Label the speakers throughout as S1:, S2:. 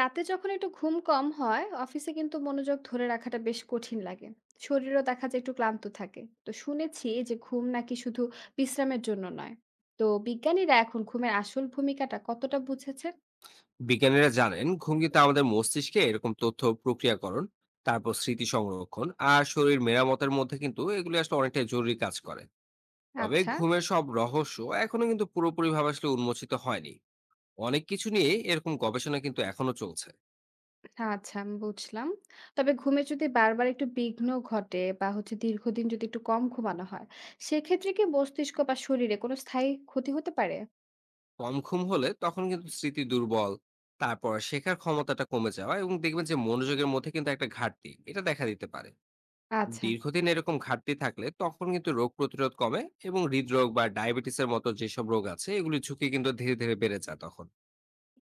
S1: রাতে যখন একটু ঘুম কম হয় অফিসে কিন্তু মনোযোগ ধরে রাখাটা বেশ কঠিন লাগে। শরীরও দেখা যায় একটু ক্লান্ত থাকে। তো শুনেছি যে ঘুম নাকি শুধু বিশ্রামের জন্য নয়। তো বিজ্ঞানীরা এখন ঘুমের আসল ভূমিকাটা কতটা বুঝেছেন?
S2: বিজ্ঞানীরা জানেন ঘুম কিন্তু আমাদের মস্তিষ্কে এরকম তথ্য প্রক্রিয়াকরণ, তারপর স্মৃতি সংরক্ষণ আর শরীর মেরামতের মধ্যে কিন্তু এগুলি আসলে অনেকটা জরুরি কাজ করে। তবে
S1: আচ্ছা।
S2: ঘুমের সব রহস্য এখনো কিন্তু পুরোপুরি ভাবে আসলে উন্মোচিত হয়নি। অনেক কিছু নিয়ে এরকম গবেষণা কিন্তু এখনো চলছে।
S1: আচ্ছা, আমি বুঝলাম। তবে ঘুমে যদি বারবার একটু বিঘ্ন ঘটে বা হচ্ছে দীর্ঘদিন যদি একটু কম ঘুমানো হয়, সেক্ষেত্রে কি মস্তিষ্ক বা শরীরে কোনো স্থায়ী ক্ষতি হতে পারে?
S2: কম ঘুম হলে তখন কিন্তু স্মৃতি দুর্বল, তারপর শেখার ক্ষমতাটা কমে যাওয়া এবং দেখবেন যে মনোযোগের মধ্যে কিন্তু একটা ঘাটতি এটা দেখা দিতে পারে।
S1: আচ্ছা।
S2: দীর্ঘদিন এরকম ঘাটতি থাকলে তখন কিন্তু রোগ প্রতিরোধ কমে এবং হৃদরোগ বা ডায়াবেটিসের মতো যেসব রোগ আছে এগুলি ঝুঁকি কিন্তু ধীরে ধীরে বেড়ে যায় তখন।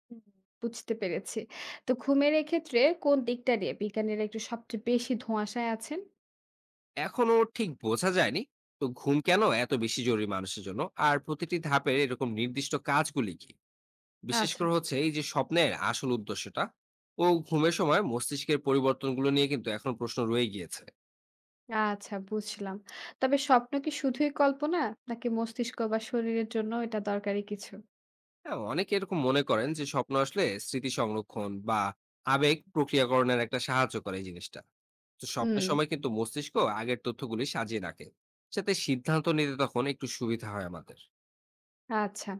S1: হুম, বুঝতে পেরেছি। তো ঘুমের এক্ষেত্রে কোন দিকটা নিয়ে বিজ্ঞানীরা একটু সবচেয়ে বেশি ধোঁয়াশায় আছেন?
S2: এখনো ঠিক বোঝা যায়নি তো ঘুম কেন এত বেশি জরুরি মানুষের জন্য, আর প্রতিটি ধাপের এরকম নির্দিষ্ট কাজগুলি কি, বিশেষ
S1: আচ্ছা।
S2: করে হচ্ছে এই যে স্বপ্নের আসল উদ্দেশ্যটা ও ঘুমের সময় মস্তিষ্কের পরিবর্তনগুলো নিয়ে কিন্তু এখন প্রশ্ন রয়ে গিয়েছে।
S1: আচ্ছা, বুঝলাম। তবে স্বপ্ন কি শুধুই কল্পনা? নাকি মস্তিষ্ক বা শরীরের জন্য এটা দরকারি কিছু?
S2: হ্যাঁ, অনেকে এরকম মনে করেন যে স্বপ্ন আসলে স্মৃতি সংরক্ষণ বা আবেগ প্রক্রিয়াকরণের একটা সাহায্য করে এই জিনিসটা। তো
S1: হুম।
S2: স্বপ্নের সময় কিন্তু মস্তিষ্ক আগের তথ্যগুলি সাজিয়ে রাখে, যাতে সিদ্ধান্ত নিতে তখন একটু সুবিধা হয় আমাদের।
S1: আচ্ছা।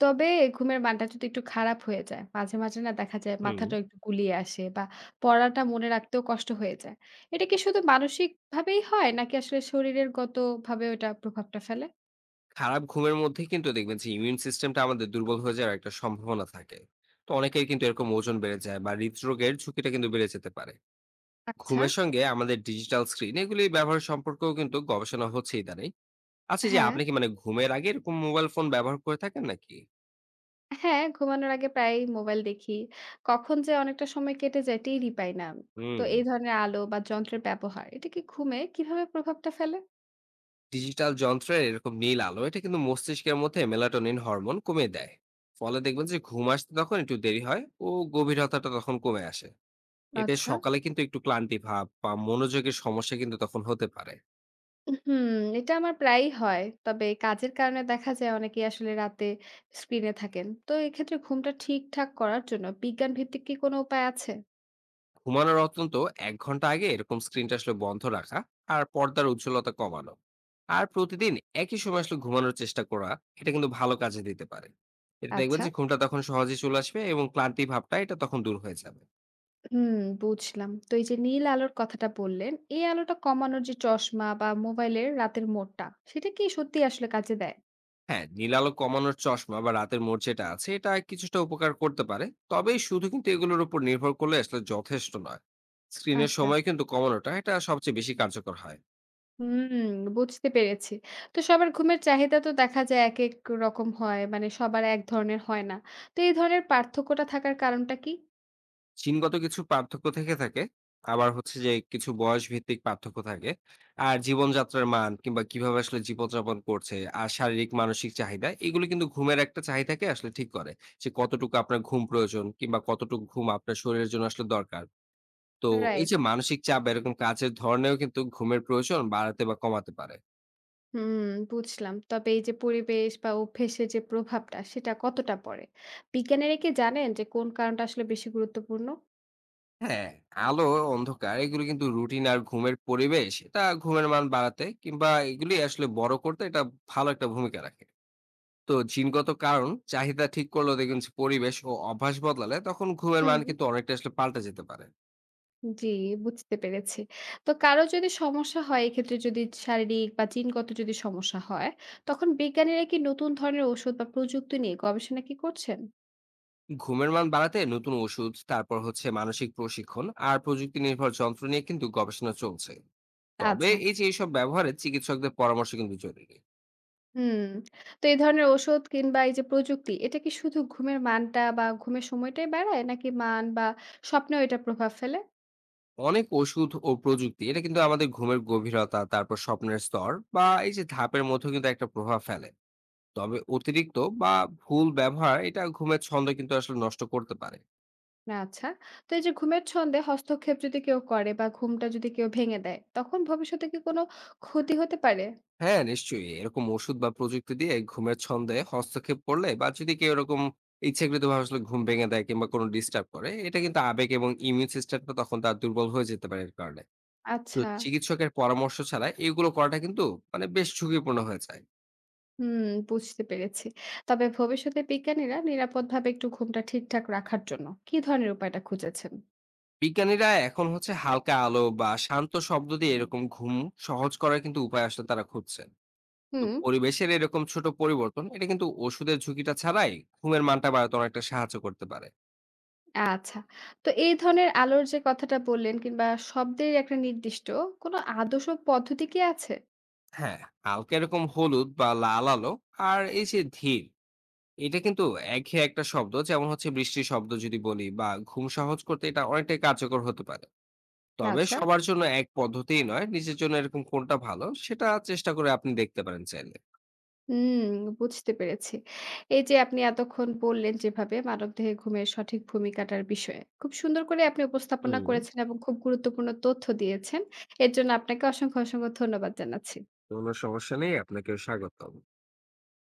S1: তবে ঘুমের মানটা যদি একটু খারাপ হয়ে যায়, মাঝে, মাঝে না দেখা যায়
S2: হুম।
S1: মাথাটা একটু গুলিয়ে আসে বা পড়াটা মনে রাখতেও কষ্ট হয়ে যায়। এটা কি শুধু মানসিকভাবেই হয় নাকি আসলে শরীরের গতভাবেও এটা প্রভাবটা ফেলে?
S2: খারাপ ঘুমের মধ্যে কিন্তু দেখবেন যে ইমিউন সিস্টেমটা আমাদের দুর্বল হয়ে যাওয়ার একটা সম্ভাবনা থাকে। তো অনেকের কিন্তু এরকম ওজন বেড়ে যায় বা হৃদরোগের ঝুঁকিটা কিন্তু বেড়ে যেতে পারে।
S1: আচ্ছা।
S2: ঘুমের সঙ্গে আমাদের ডিজিটাল স্ক্রিন এগুলি ব্যবহার সম্পর্কেও কিন্তু গবেষণা হচ্ছে ইদানিং। আচ্ছা, এই যে
S1: হ্যাঁ।
S2: আপনি কি মানে ঘুমের আগে এরকম মোবাইল ফোন ব্যবহার করে থাকেন নাকি?
S1: হ্যাঁ, ঘুমানোর আগে প্রায়ই মোবাইল দেখি। কখন যে অনেকটা সময় কেটে যায় টেরই পাই না। তো
S2: হুম।
S1: এই ধরনের আলো বা যন্ত্রের ব্যবহার এটা কি ঘুমে কিভাবে প্রভাবটা ফেলে?
S2: ডিজিটাল যন্ত্রের এরকম নীল আলো এটা কিন্তু মস্তিষ্কের মধ্যে মেলাটোনিন হরমোন কমিয়ে দেয়। ফলে দেখবেন যে ঘুম আসতে তখন একটু দেরি হয় ও গভীরতাটা তখন কমে আসে। এতে
S1: আচ্ছা।
S2: সকালে কিন্তু একটু ক্লান্তি ভাব বা মনোযোগের সমস্যা কিন্তু তখন হতে পারে।
S1: হুম, এটা আমার প্রায়ই হয়। তবে কাজের কারণে দেখা যায় অনেকেই আসলে রাতে স্ক্রিনে থাকেন। তো এক্ষেত্রে ঘুমটা ঠিকঠাক করার জন্য বিজ্ঞান ভিত্তিক কি কোনো উপায় আছে?
S2: ঘুমানোর অন্তত এক ঘন্টা আগে এরকম স্ক্রিনটা আসলে বন্ধ রাখা, আর পর্দার উজ্জ্বলতা কমানো, আর প্রতিদিন একই সময় আসলে ঘুমানোর চেষ্টা করা এটা কিন্তু ভালো কাজে দিতে পারে। এটা দেখবেন
S1: আচ্ছা।
S2: যে ঘুমটা তখন সহজে চলে আসবে এবং ক্লান্তি ভাবটা এটা তখন দূর হয়ে যাবে।
S1: হুম, বুঝলাম। তো এই যে নীল আলোর কথাটা বললেন, এই আলোটা কমানোর যে চশমা বা মোবাইলের রাতের মোডটা, সেটা কি সত্যিই আসলে কাজে দেয়?
S2: হ্যাঁ, নীলালো কমানোর চশমা বা রাতের মোড় যেটা আছে এটা কিছুটা উপকার করতে পারে, তবে শুধু কিন্তু এগুলোর উপর নির্ভর করলে আসলে যথেষ্ট নয়। স্ক্রিনের
S1: আচ্ছা।
S2: সময় কিন্তু কমানোটা এটা সবচেয়ে বেশি কার্যকর হয়।
S1: হুম, বুঝতে পেরেছি। তো সবার ঘুমের চাহিদা তো দেখা যায় একেক রকম হয়। মানে সবার এক ধরনের হয় না। তো এই ধরনের পার্থক্যটা থাকার কারণটা কি?
S2: জিনগত কিছু পার্থক্য থেকে থাকে। আবার হচ্ছে যে কিছু বয়স ভিত্তিক পার্থক্য থাকে। আর জীবনযাত্রার মান কিংবা কিভাবে আসলে জীবনযাপন করছে আর শারীরিক মানসিক চাহিদা এগুলো কিন্তু ঘুমের একটা চাহিদাকে আসলে ঠিক করে। যে কতটুকু আপনার ঘুম প্রয়োজন কিংবা কতটুকু ঘুম আপনার শরীরের জন্য আসলে দরকার। তো এই
S1: রাইট।
S2: যে মানসিক চাপ এরকম কাজের ধরনেও কিন্তু ঘুমের প্রয়োজন বাড়াতে বা কমাতে পারে।
S1: হুম, বুঝলাম। তবে এই যে পরিবেশ বা অভ্যেসের যে প্রভাবটা সেটা কতটা পড়ে? বিজ্ঞানীরা কি জানেন যে কোন কারণটা আসলে বেশি গুরুত্বপূর্ণ?
S2: হ্যাঁ, আলো, অন্ধকার এগুলো কিন্তু রুটিন আর ঘুমের পরিবেশ এটা ঘুমের মান বাড়াতে কিংবা এগুলি আসলে বড় করতে এটা ভালো একটা ভূমিকা রাখে। তো জিনগত কারণ চাহিদা ঠিক করলেও দেখবেন যে পরিবেশ ও অভ্যাস বদলালে তখন ঘুমের
S1: হুম।
S2: মান কিন্তু অনেকটা আসলে পাল্টে যেতে পারে।
S1: জি, বুঝতে পেরেছি। তো কারো যদি সমস্যা হয় এক্ষেত্রে যদি শারীরিক বা জিনগত যদি সমস্যা হয়, তখন বিজ্ঞানীরা কি নতুন ধরনের ওষুধ বা প্রযুক্তি নিয়ে গবেষণা কি করছেন?
S2: ঘুমের মান বাড়াতে নতুন ওষুধ, তারপর হচ্ছে মানসিক প্রশিক্ষণ আর প্রযুক্তি নির্ভর যন্ত্র নিয়ে কিন্তু গবেষণা চলছে। তবে
S1: আচ্ছা।
S2: এই যে এইসব ব্যবহারে চিকিৎসকদের পরামর্শ কিন্তু জরুরি।
S1: হুম। তো এই ধরনের ওষুধ কিংবা এই যে প্রযুক্তি, এটা কি শুধু ঘুমের মানটা বা ঘুমের সময়টাই বাড়ায়? নাকি মান বা স্বপ্নেও এটা প্রভাব ফেলে?
S2: অনেক ওষুধ ও প্রযুক্তি এটা কিন্তু আমাদের ঘুমের গভীরতা, তারপর স্বপ্নের স্তর বা এই যে ধাপের মধ্যে কিন্তু একটা প্রভাব ফেলে। তবে অতিরিক্ত বা ভুল ব্যবহার এটা ঘুমের ছন্দ কিন্তু আসলে নষ্ট করতে পারে।
S1: না আচ্ছা। তো এই যে ঘুমের ছন্দে হস্তক্ষেপ যদি কেউ করে বা ঘুমটা যদি কেউ ভেঙে দেয়, তখন ভবিষ্যতে কি কোনো ক্ষতি হতে পারে?
S2: হ্যাঁ, নিশ্চয়ই। এরকম ওষুধ বা প্রযুক্তি দিয়ে ঘুমের ছন্দে হস্তক্ষেপ করলে বা যদি কেউ এরকম ইচ্ছাকৃতভাবে আসলে ঘুম ভেঙে দেয় কিংবা কোনো ডিস্টার্ব করে, এটা কিন্তু আবেগ এবং ইমিউন সিস্টেমটা তখন তার দুর্বল হয়ে যেতে পারে এর কারণে। তো
S1: আচ্ছা।
S2: চিকিৎসকের পরামর্শ ছাড়া এগুলো করাটা কিন্তু মানে বেশ ঝুঁকিপূর্ণ হয়ে যায়।
S1: হুম, বুঝতে পেরেছি। তবে ভবিষ্যতে বিজ্ঞানীরা নিরাপদভাবে একটু ঘুমটা ঠিকঠাক রাখার জন্য কি ধরনের উপায়টা খুঁজেছেন?
S2: বিজ্ঞানীরা এখন হচ্ছে হালকা আলো বা শান্ত শব্দ দিয়ে এরকম ঘুম সহজ করার কিন্তু উপায় আসলে তারা খুঁজছেন। তো
S1: হুম।
S2: পরিবেশের এরকম ছোট পরিবর্তন, এটা কিন্তু ওষুধের ঝুঁকিটা ছাড়াই ঘুমের মানটা বাড়াতে অনেকটা সাহায্য করতে পারে।
S1: আচ্ছা। তো এই ধরনের আলোর যে কথাটা বললেন কিংবা শব্দের একটা নির্দিষ্ট কোনো আদর্শ পদ্ধতি কি আছে?
S2: হ্যাঁ, হালকা এরকম হলুদ বা লাল আলো আর এই যে ধীর এটা কিন্তু একঘেয়ে একটা শব্দ, যেমন হচ্ছে বৃষ্টির শব্দ যদি বলি, বা ঘুম সহজ করতে এটা অনেকটাই কার্যকর হতে পারে। তবে
S1: আচ্ছা।
S2: সবার জন্য এক পদ্ধতিই নয়, নিজের জন্য এরকম কোনটা ভালো সেটা চেষ্টা করে আপনি দেখতে পারেন চাইলে।
S1: হুম, বুঝতে পেরেছি। এই যে আপনি এতক্ষণ বললেন যেভাবে মানবদেহে ঘুমের সঠিক ভূমিকাটার বিষয়ে খুব সুন্দর করে আপনি উপস্থাপনা
S2: হুম।
S1: করেছেন এবং খুব গুরুত্বপূর্ণ তথ্য দিয়েছেন। এর জন্য আপনাকে অসংখ্য, অসংখ্য ধন্যবাদ জানাচ্ছি।
S2: কোনো সমস্যা নেই, আপনাকেও স্বাগত।